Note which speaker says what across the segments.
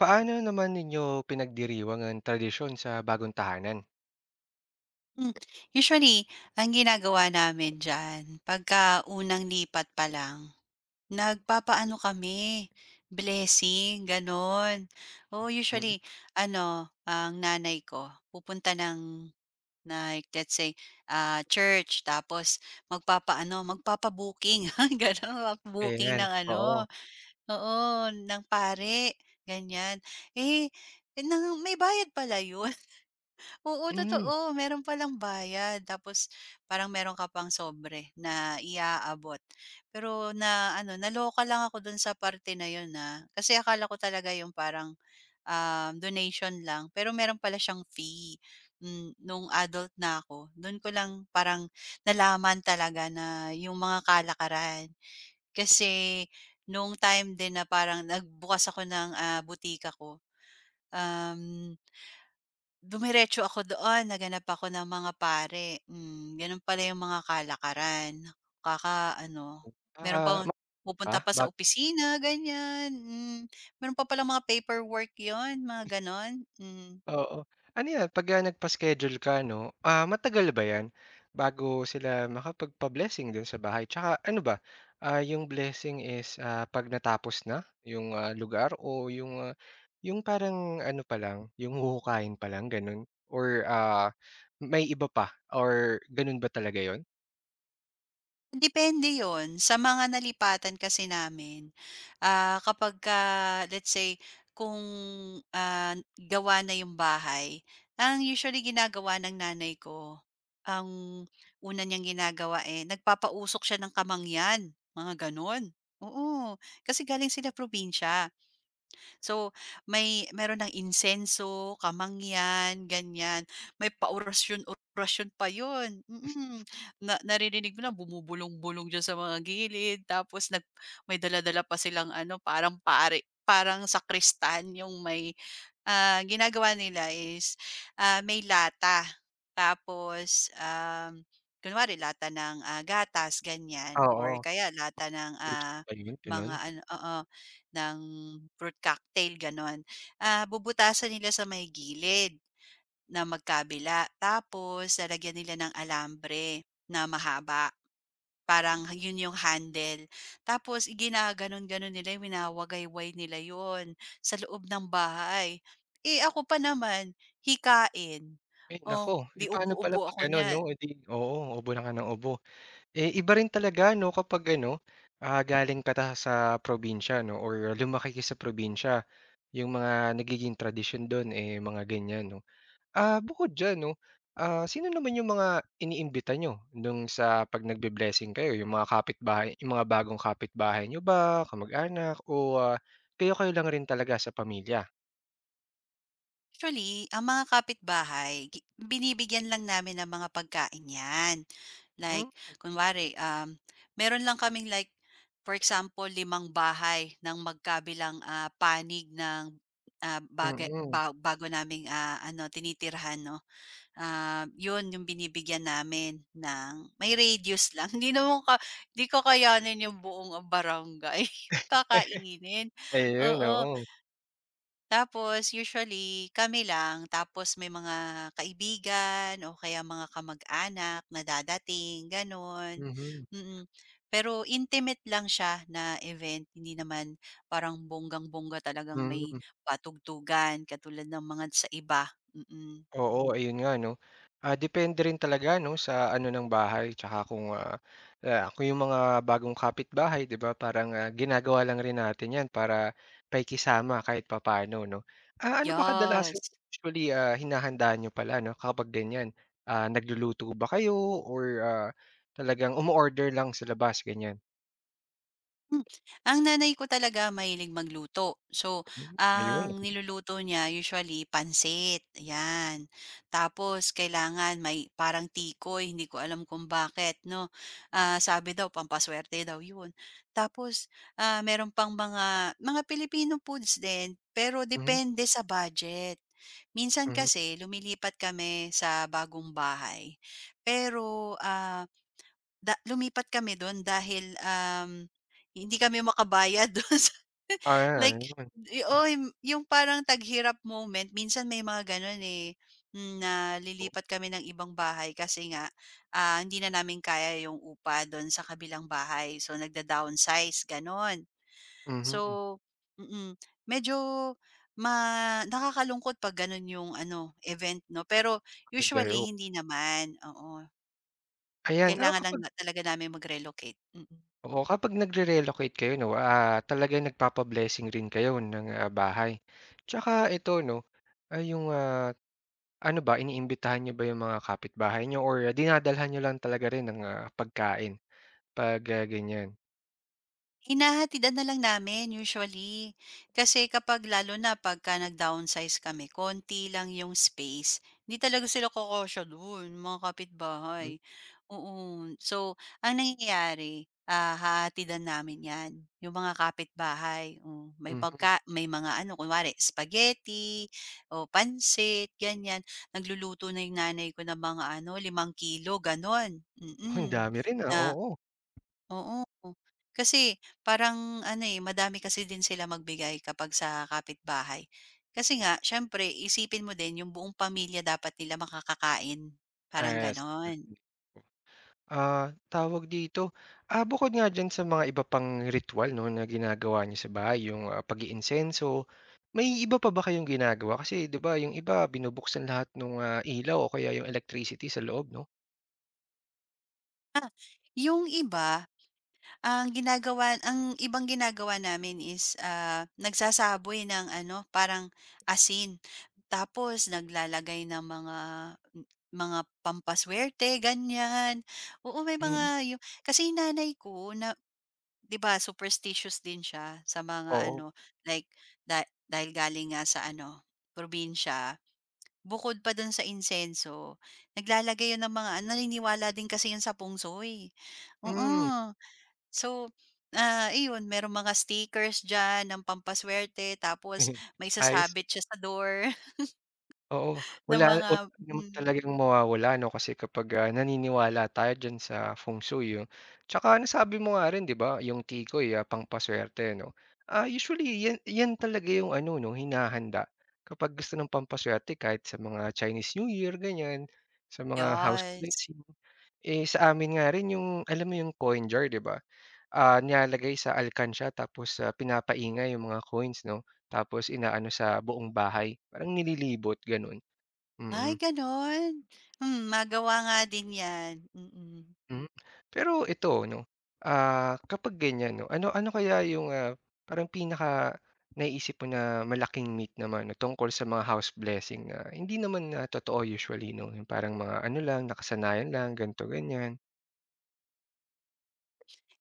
Speaker 1: Paano naman ninyo pinagdiriwang ang tradisyon sa bagong tahanan?
Speaker 2: Hmm, Usually ang ginagawa namin diyan pagka unang lipat pa lang, nagpapaano kami, blessing gano'n. Oh,
Speaker 1: Mm.
Speaker 2: usually ano, ang nanay ko pupunta ng, like let's say, church. Tapos magpapa-booking gano'n,
Speaker 1: Ayan,
Speaker 2: ng
Speaker 1: oo.
Speaker 2: ano, oo, ng pare ganyan. Eh, nang may bayad pala 'yun. Oo,
Speaker 1: Hmm,
Speaker 2: totoo. Meron palang bayad, tapos parang meron ka pang sobre na iaabot. Pero na ano, naloka lang ako dun sa parte na yun, na, kasi akala ko talaga yung parang, donation lang, pero meron pala siyang fee. Nung adult na ako dun ko lang parang nalaman talaga na yung mga kalakaran. Kasi nung time din na parang nagbukas ako ng, butika ko, um dumiretso ako doon, naghanap ako ng mga pare, gano'n pala yung mga kalakaran. Kaka-ano, meron pang
Speaker 1: ah, ma
Speaker 2: pupunta
Speaker 1: ah,
Speaker 2: pa sa
Speaker 1: bak
Speaker 2: opisina ganyan, meron pa palang mga paperwork yon, mga gano'n, hmm.
Speaker 1: oo. Ano 'yan, 'pag, nagpa-schedule ka 'no, matagal ba 'yan bago sila makapagpa-blessing do'n sa bahay? Tsaka ano ba, yung blessing is, 'pag natapos na yung, lugar o yung parang ano pa lang, yung huhukayin pa lang gano'n or, may iba pa or gano'n ba talaga yon?
Speaker 2: Depende yon sa mga nalipatan kasi namin. Kapagka, let's say kung, gawa na yung bahay, ang usually ginagawa ng nanay ko, ang una niyang ginagawa, eh, nagpapausok siya ng kamangyan, mga gano'n. Oo, kasi galing sila probinsiya. So, meron ng insenso, kamangyan, ganyan. May paorasyon-orasyon pa yun, mm. Na naririnig mo na bumubulong-bulong diyan sa mga gilid, tapos may dala-dala pa silang ano, parang pare, parang sakristan yung may— ginagawa nila is, may lata, tapos, kunwari lata ng, gatas, ganyan, or
Speaker 1: Oo.
Speaker 2: kaya lata ng,
Speaker 1: Post ba yun,
Speaker 2: mga
Speaker 1: gano'n?
Speaker 2: ano, oo, ng fruit cocktail gano'n. Ah, bubutasan nila sa may gilid na magkabila, tapos lalagyan nila ng alambre na mahaba. Parang yun yung handle. Tapos ginaganon-ganon nila yun, winawagayway nila yon sa loob ng bahay. Eh, ako pa naman hikain.
Speaker 1: Ay
Speaker 2: Oh,
Speaker 1: naku,
Speaker 2: 'di
Speaker 1: eh, paano pala
Speaker 2: ubo-ubo
Speaker 1: 'pag
Speaker 2: ako
Speaker 1: gano'n
Speaker 2: niyan.
Speaker 1: 'no, eh, 'di oo, obo na nga ng obo. Eh, iba rin talaga 'no kapag ano, galing ka ta sa probinsya 'no or lumaki ka sa probinsya, yung mga nagiging tradisyon don eh, mga ganyan 'no. Bukod diyan 'no, sino naman yung mga iniimbita niyo nung sa 'pag nagbe-blessing kayo, yung mga kapitbahay yung mga bagong kapitbahay niyo ba, kamag-anak o, kayo-kayo lang rin talaga sa pamilya?
Speaker 2: Actually, ang mga kapitbahay binibigyan lang namin ng mga pagkain 'yan.
Speaker 1: Hmm,
Speaker 2: Like, kunwari, meron lang kaming, like, for example, limang bahay ng magkabilang, panig ng, baga
Speaker 1: mm.
Speaker 2: ba bago naming, ano, tinitirhan 'no. Ah, 'yun yung binibigyan namin, ng may radius lang hindi naman ka hindi ko kayanin yung buong, barangay kakainin,
Speaker 1: Ayun,
Speaker 2: oo.
Speaker 1: oo.
Speaker 2: Tapos usually kami lang, tapos may mga kaibigan o kaya mga kamag-anak na dadating gano'n,
Speaker 1: Mhm,
Speaker 2: mm. mm. Pero intimate lang siya na event, hindi naman parang bonggang-bongga talagang may
Speaker 1: hmm.
Speaker 2: patugtugan katulad ng mga sa iba, mm.
Speaker 1: Oo, ayun nga 'no. Depende rin talaga 'no sa ano ng bahay tsaka kung yung mga bagong kapitbahay 'di ba parang, ginagawa lang rin natin 'yan para pakikisama kahit papaano 'no. Ano ba kadalasan
Speaker 2: Yes.
Speaker 1: usually, hinahanda niyo pala 'no kapag ganiyan? Nagluluto ba kayo or, talagang umo-order lang sa labas ganiyan?
Speaker 2: Hmm, ang nanay ko talaga mahilig magluto. So,
Speaker 1: Hmm, ayun.
Speaker 2: ang niluluto niya usually pansit, yan. Tapos kailangan may parang tikoy, hindi ko alam kung bakit 'no. Ah, sabi daw pampaswerte daw 'yun. Tapos, meron pang mga Filipino foods din, pero
Speaker 1: Mhm,
Speaker 2: depende sa budget. Minsan
Speaker 1: mhm.
Speaker 2: kasi lumilipat kami sa bagong bahay, pero, lumipat kami dun dahil, hindi kami makabayad dun sa,
Speaker 1: Ah,
Speaker 2: like,
Speaker 1: Ayun.
Speaker 2: oo, yung parang taghirap moment, minsan may mga ganun, eh, na
Speaker 1: Oo,
Speaker 2: lilipat kami ng ibang bahay kasi nga, hindi na namin kaya yung upa dun sa kabilang bahay, so nagda-downsize ganon.
Speaker 1: mhm.
Speaker 2: So, mm, mm, medyo nakakalungkot 'pag ganun yung ano event 'no, pero
Speaker 1: Tagay oh.
Speaker 2: usually hindi naman, oo.
Speaker 1: Ayan, ah,
Speaker 2: Kailangan lang
Speaker 1: kapag
Speaker 2: na talaga namin mag-relocate, mm.
Speaker 1: Oo, kapag nagre-relocate kayo 'no, talagang nagpapa-blessing rin kayo ng, bahay. Tsaka ito 'no, ay yung, ano ba iniimbitahan niyo ba yung mga kapitbahay niyo or dinadalhan niyo lang talaga rin ng, pagkain 'pag, ganyan?
Speaker 2: Hinahatian na lang namin usually. Kasi kapag lalo na pagka nag-downsize kami, konti lang yung space. Hindi talaga sila kakasya do'n, mga kapitbahay.
Speaker 1: Hmm,
Speaker 2: Oo. So, ang nangyayari, hahatidan namin 'yan, yung mga kapitbahay. Oh,
Speaker 1: mhm.
Speaker 2: may mga ano, kunwari spaghetti o pansit, ganyan. Nagluluto na yung nanay ko ng mga ano, 5 kilo, gano'n.
Speaker 1: Oh, ang
Speaker 2: Mm,
Speaker 1: dami rin,
Speaker 2: na.
Speaker 1: oo.
Speaker 2: Oo, kasi parang ano, eh, madami kasi din sila magbigay kapag sa kapitbahay. Kasi nga siyempre isipin mo din yung buong pamilya dapat nila makakakain, parang
Speaker 1: Yes.
Speaker 2: gano'n.
Speaker 1: Ah, Tawag dito, bukod nga diyan sa mga iba pang ritual, 'no, na ginagawa niyo sa bahay, yung, pag-iinsenso, may iba pa ba kayong ginagawa? Kasi 'di ba yung iba binubuksan lahat ng ilaw o kaya yung electricity sa loob 'no?
Speaker 2: Yung iba Ang ginagawa ang ibang ginagawa namin is, nagsasaboy ng ano, parang asin. Tapos naglalagay ng mga pampaswerte, ganyan. Oo, may
Speaker 1: Mm.
Speaker 2: mga yu kasi yung nanay ko na, 'di ba, superstitious din siya sa mga
Speaker 1: Oo,
Speaker 2: ano, like da dahil galing nga sa ano, probinsya. Bukod pa dun sa insenso, naglalagay yun ng mga ano, naniniwala din kasi yun sa pungsoy.
Speaker 1: hmm.
Speaker 2: Oo. So, iyon, merong mga stickers diyan ng pampaswerte, tapos may
Speaker 1: Ayos.
Speaker 2: sasabit siya sa door
Speaker 1: Oo,
Speaker 2: ng
Speaker 1: wala
Speaker 2: mga,
Speaker 1: wala naman
Speaker 2: mm,
Speaker 1: talagang mawawala 'no, kasi kapag, naniniwala tayo diyan sa Feng Shui 'no. Tsaka nasabi mo nga rin 'di ba, yung tikoy, pampaswerte 'no. Usually yan yan talaga yung ano 'no, hinahanda kapag gusto ng pampaswerte kahit sa mga Chinese New Year ganyan, sa mga house
Speaker 2: yes.
Speaker 1: blessing. Eh, sa amin nga rin yung alam mo yung coin jar 'di ba? Nilalagay sa alkansya tapos, pinapaingay yung mga coins 'no, tapos inaano sa buong bahay, parang nililibot gano'n.
Speaker 2: Ay
Speaker 1: Mm,
Speaker 2: gano'n? Magawa nga din 'yan, mm.
Speaker 1: hmm. Pero ito 'no, ah, kapag ganyan 'no, ano ano kaya yung, parang pinaka naiisip mo na malaking myth naman 'no, tungkol sa mga house blessing na hindi naman na totoo usually 'no, yung parang mga ano lang, nakasanayan lang, ganito ganyan.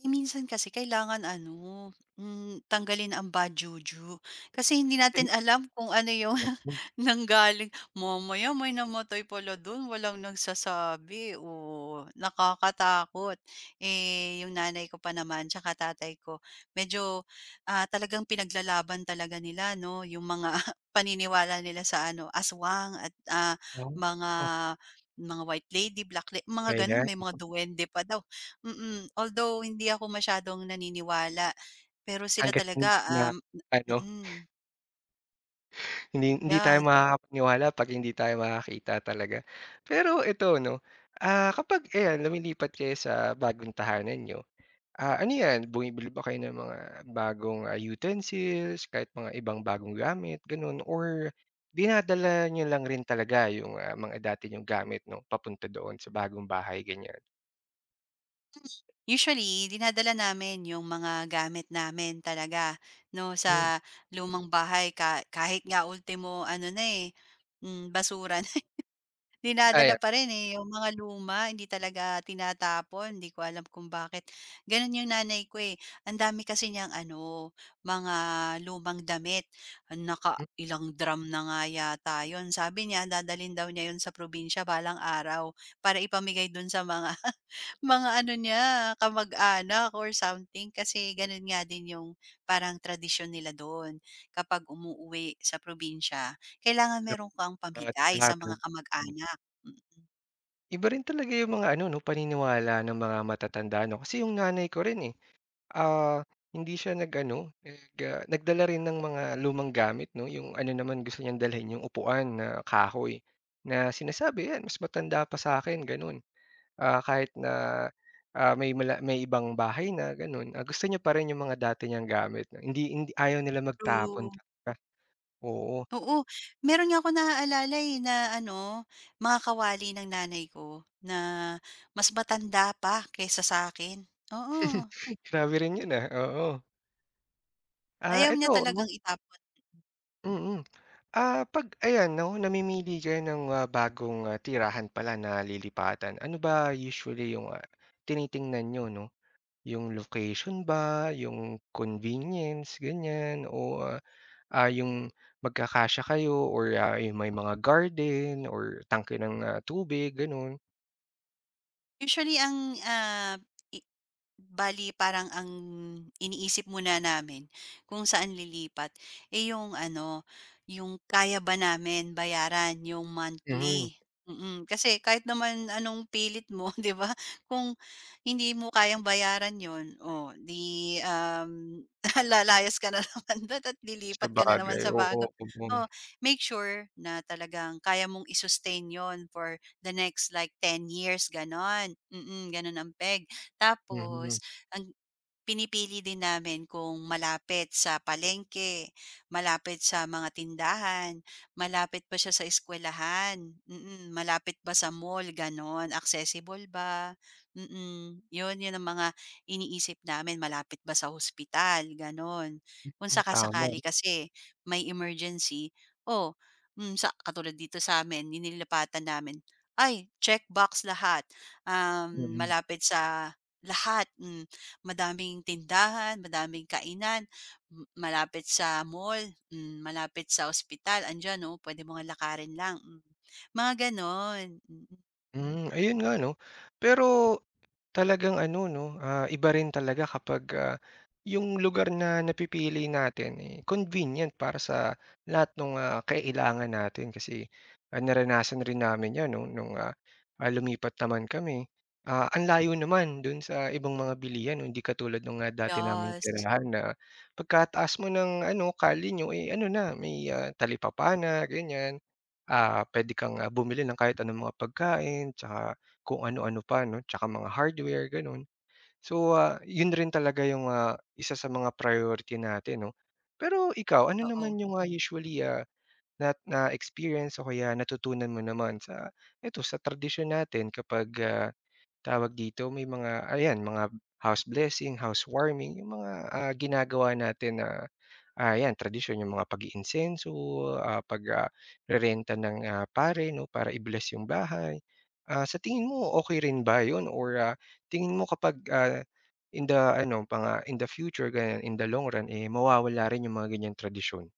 Speaker 2: Eh, minsan kasi kailangan ano, tanggalin ang bad juju. Kasi hindi natin alam kung ano yung nanggaling. Mamaya may namatay pala dun, walang nagsasabi. Oo, nakakatakot. Eh, yung nanay ko pa naman, tsaka tatay ko, medyo, talagang pinaglalaban talaga nila, no? Yung mga paniniwala nila sa ano, aswang at
Speaker 1: oh
Speaker 2: mga
Speaker 1: oh,
Speaker 2: mga white lady, black lady, mga ganun,
Speaker 1: Ayan,
Speaker 2: may mga duwende pa daw. Although hindi ako masyadong naniniwala, pero sila
Speaker 1: hangga't
Speaker 2: talaga,
Speaker 1: hindi na
Speaker 2: um
Speaker 1: ano,
Speaker 2: mm,
Speaker 1: hindi hindi tayo
Speaker 2: yes.
Speaker 1: makakapaniwala 'pag hindi tayo makakakita talaga. Pero ito 'no, kapag ayan lumilipat kayo sa bagong tahanan niyo, ano 'yan, bumibili ba kayo ng mga bagong, utensils, kahit mga ibang bagong gamit, gano'n or dinadala niyo lang rin talaga yung, mga dati niyong gamit 'no, papunta doon sa bagong bahay, ganyan?
Speaker 2: Usually dinadala namin yung mga gamit namin talaga 'no, sa
Speaker 1: Hmm,
Speaker 2: lumang bahay ka, kahit nga ultimo ano na, eh, basura.
Speaker 1: ay,
Speaker 2: Dinadala pa rin, eh, yung mga luma hindi talaga tinatapon, hindi ko alam kung bakit. Gano'n yung nanay ko, eh, ang dami kasi niyang ano, mga lumang damit, naka ilang drum na nga yata 'yun. Sabi niya dadalin daw niya 'yun sa probinsya balang araw para ipamigay do'n sa mga mga ano niya, kamag-anak or something, kasi gano'n nga din yung parang tradisyon nila do'n. Kapag umuuwi sa probinsya, kailangan
Speaker 1: hmm.
Speaker 2: meron kang pamigay sa mga kamag-anak. Mm,
Speaker 1: Iba rin talaga yung mga ano 'no, paniniwala ng mga matatanda 'no, kasi yung nanay ko rin, eh, Ah, hindi siya nag-ano, nagdala rin ng mga lumang gamit 'no, yung ano naman gusto niyang dalhin yung upuan na kahoy, na sinasabi 'yan mas matanda pa sa'kin gano'n. Kahit na, may ibang bahay na gano'n, gusto niya pa rin yung mga dati niyang gamit na hindi hindi ayaw nila
Speaker 2: true.
Speaker 1: magtapon talaga, oo.
Speaker 2: Oo, meron nga ako naaalala, eh, na ano, mga kawali ng nanay ko na mas matanda pa kaysa sa akin. Oo,
Speaker 1: Grabe rin 'yun, oo.
Speaker 2: ayaw niya
Speaker 1: Eto.
Speaker 2: talagang itapon.
Speaker 1: Mm. 'Pag ayan 'no, namimili kayo ng, bagong, tirahan pala na lilipatan, ano ba usually yung, tinitingnan niyo 'no? Yung location ba, yung convenience ganyan o, ah, yung magkakasya kayo or, yung may mga garden or tangke ng, tubig gano'n?
Speaker 2: Usually ang, bali parang ang iniisip muna namin kung saan lilipat, eh, yung ano, yung kaya ba namin bayaran yung
Speaker 1: Mhm,
Speaker 2: monthly, mm. Kasi kahit naman anong pilit mo, 'di ba, kung hindi mo kayang bayaran yon, oh, 'di, lalayas ka na naman dun, at lilipat ka na naman
Speaker 1: sabagay
Speaker 2: sa
Speaker 1: oo,
Speaker 2: bago.
Speaker 1: oo.
Speaker 2: Oh, make sure na talagang kaya mong i-sustain yun for the next, like, 10 years, gano'n. Gano'n ang peg. Tapos
Speaker 1: Mhm,
Speaker 2: ang pinipili din namin, kung malapit sa palengke, malapit sa mga tindahan, malapit ba siya sa eskuwelahan, malapit ba sa mall, gano'n, accessible ba, mm. 'Yun, 'yun ang mga iniisip namin, malapit ba sa hospital gano'n. Kung
Speaker 1: tama,
Speaker 2: saka-sakali
Speaker 1: mhm.
Speaker 2: kasi may emergency, oh, sa katulad dito sa'min, ninilipatan namin, ay check box lahat,
Speaker 1: Mm.
Speaker 2: malapit sa lahat, hmm. Madaming tindahan, madaming kainan, malapit sa mall, malapit sa ospital, andiyan, pwede mo ngang lakarin lang, mm. Mga gano'n, mm.
Speaker 1: Hmm, ayun nga 'no. Pero talagang ano 'no, iba rin talaga kapag, yung lugar na napipili natin, eh, convenient para sa lahat ng kailangan natin kasi, naranasan rin namin 'yan nung lumipat naman kami. Ang layo naman dun sa ibang mga bilihan 'no, hindi katulad nung, dati naming
Speaker 2: Yes,
Speaker 1: tirahan na pagkataas mo ng ano, kalye niyo, eh, ano na may, talipapa na ganiyan. Puwede kang, bumili ng kahit anong mga pagkain tsaka kung ano-ano pa 'no, tsaka mga hardware gano'n. So, yun rin talaga yung, isa sa mga priority natin 'no. Pero ikaw, ano
Speaker 2: totoo.
Speaker 1: naman yung, usually, na na-experience o kaya natutunan mo naman sa eto, sa tradisyon natin kapag, tawag dito, may mga ayan, mga house blessing, housewarming, yung mga, ginagawa natin na 'yan tradisyon yung mga pag-iinsenso, pag, rerenta ng, pare 'no, para i-bless yung bahay. Sa tingin mo okay rin ba yon? Or, tingin mo kapag, in the ano, mga in the future ganyan, in the long run, eh, mawawala rin yung mga ganyang tradisyon.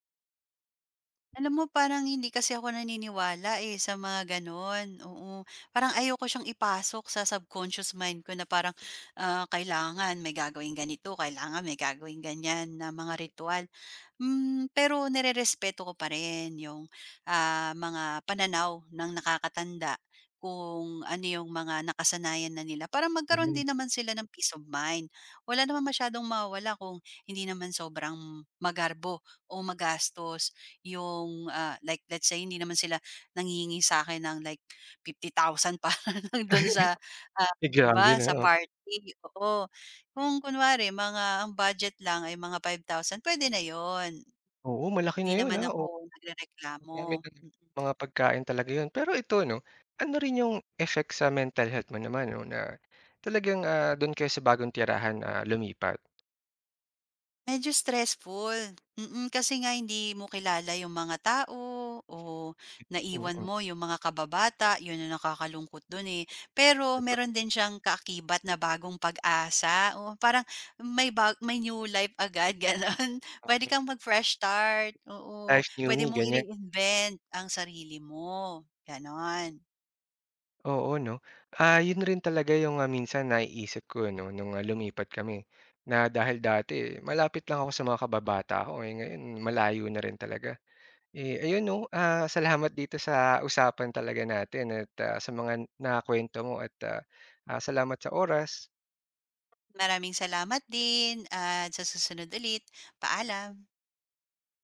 Speaker 2: Alam mo, parang hindi kasi ako naniniwala, eh, sa mga gano'n, oo. Parang ayoko siyang ipasok sa subconscious mind ko na parang, kailangan may gagawing ganito, kailangan may gagawing ganyan na mga ritual. Pero respeto ko pa rin yung, mga pananaw ng nakakatanda, kung ano yung mga nakasanayan na nila, para magkaroon
Speaker 1: Mhm.
Speaker 2: din naman sila ng peace of mind. Wala naman masyadong mawala, kung hindi naman sobrang magarbo o magastos. Yung, like let's say hindi naman sila nanghihingi sa'kin ng, like, 50,000 para lang dun sa,
Speaker 1: Eh,
Speaker 2: 'di
Speaker 1: grabe
Speaker 2: ba,
Speaker 1: 'no,
Speaker 2: sa
Speaker 1: oo.
Speaker 2: party, oo. Kung kunwari mga ang budget lang ay mga 5,000, pwede na yon,
Speaker 1: Oo, malaki
Speaker 2: hindi
Speaker 1: na yun,
Speaker 2: naman
Speaker 1: ah.
Speaker 2: ako nagrereklamo.
Speaker 1: Marami ng mga pagkain talaga yun. Pero ito 'no, ano rin yung effect sa mental health mo naman 'no, na talagang, dun kayo sa bagong tirahan, lumipat?
Speaker 2: Medyo stressful, mm. Kasi nga hindi mo kilala yung mga tao, o naiwan
Speaker 1: Mm,
Speaker 2: mo yung mga kababata, yun ang nakakalungkot dun, eh. Pero
Speaker 1: totoo.
Speaker 2: meron din siyang kaakibat na bagong pag-asa, oo, parang may new life agad gano'n. Pwede kang mag-fresh start, oo.
Speaker 1: Life new
Speaker 2: Pwede
Speaker 1: me,
Speaker 2: mong
Speaker 1: ganyan.
Speaker 2: i-reinvent ang sarili mo, gano'n.
Speaker 1: Oo 'no. Yun rin talaga yung, minsan naiisip ko 'no, nung, lumipat kami na dahil dati malapit lang ako sa mga kababata ko, eh, ngayon malayo na rin talaga. Eh, ayun 'no, salamat dito sa usapan talaga natin at, sa mga nakuwento mo at, salamat sa oras.
Speaker 2: Maraming salamat din, at sa susunod ulit, paalam.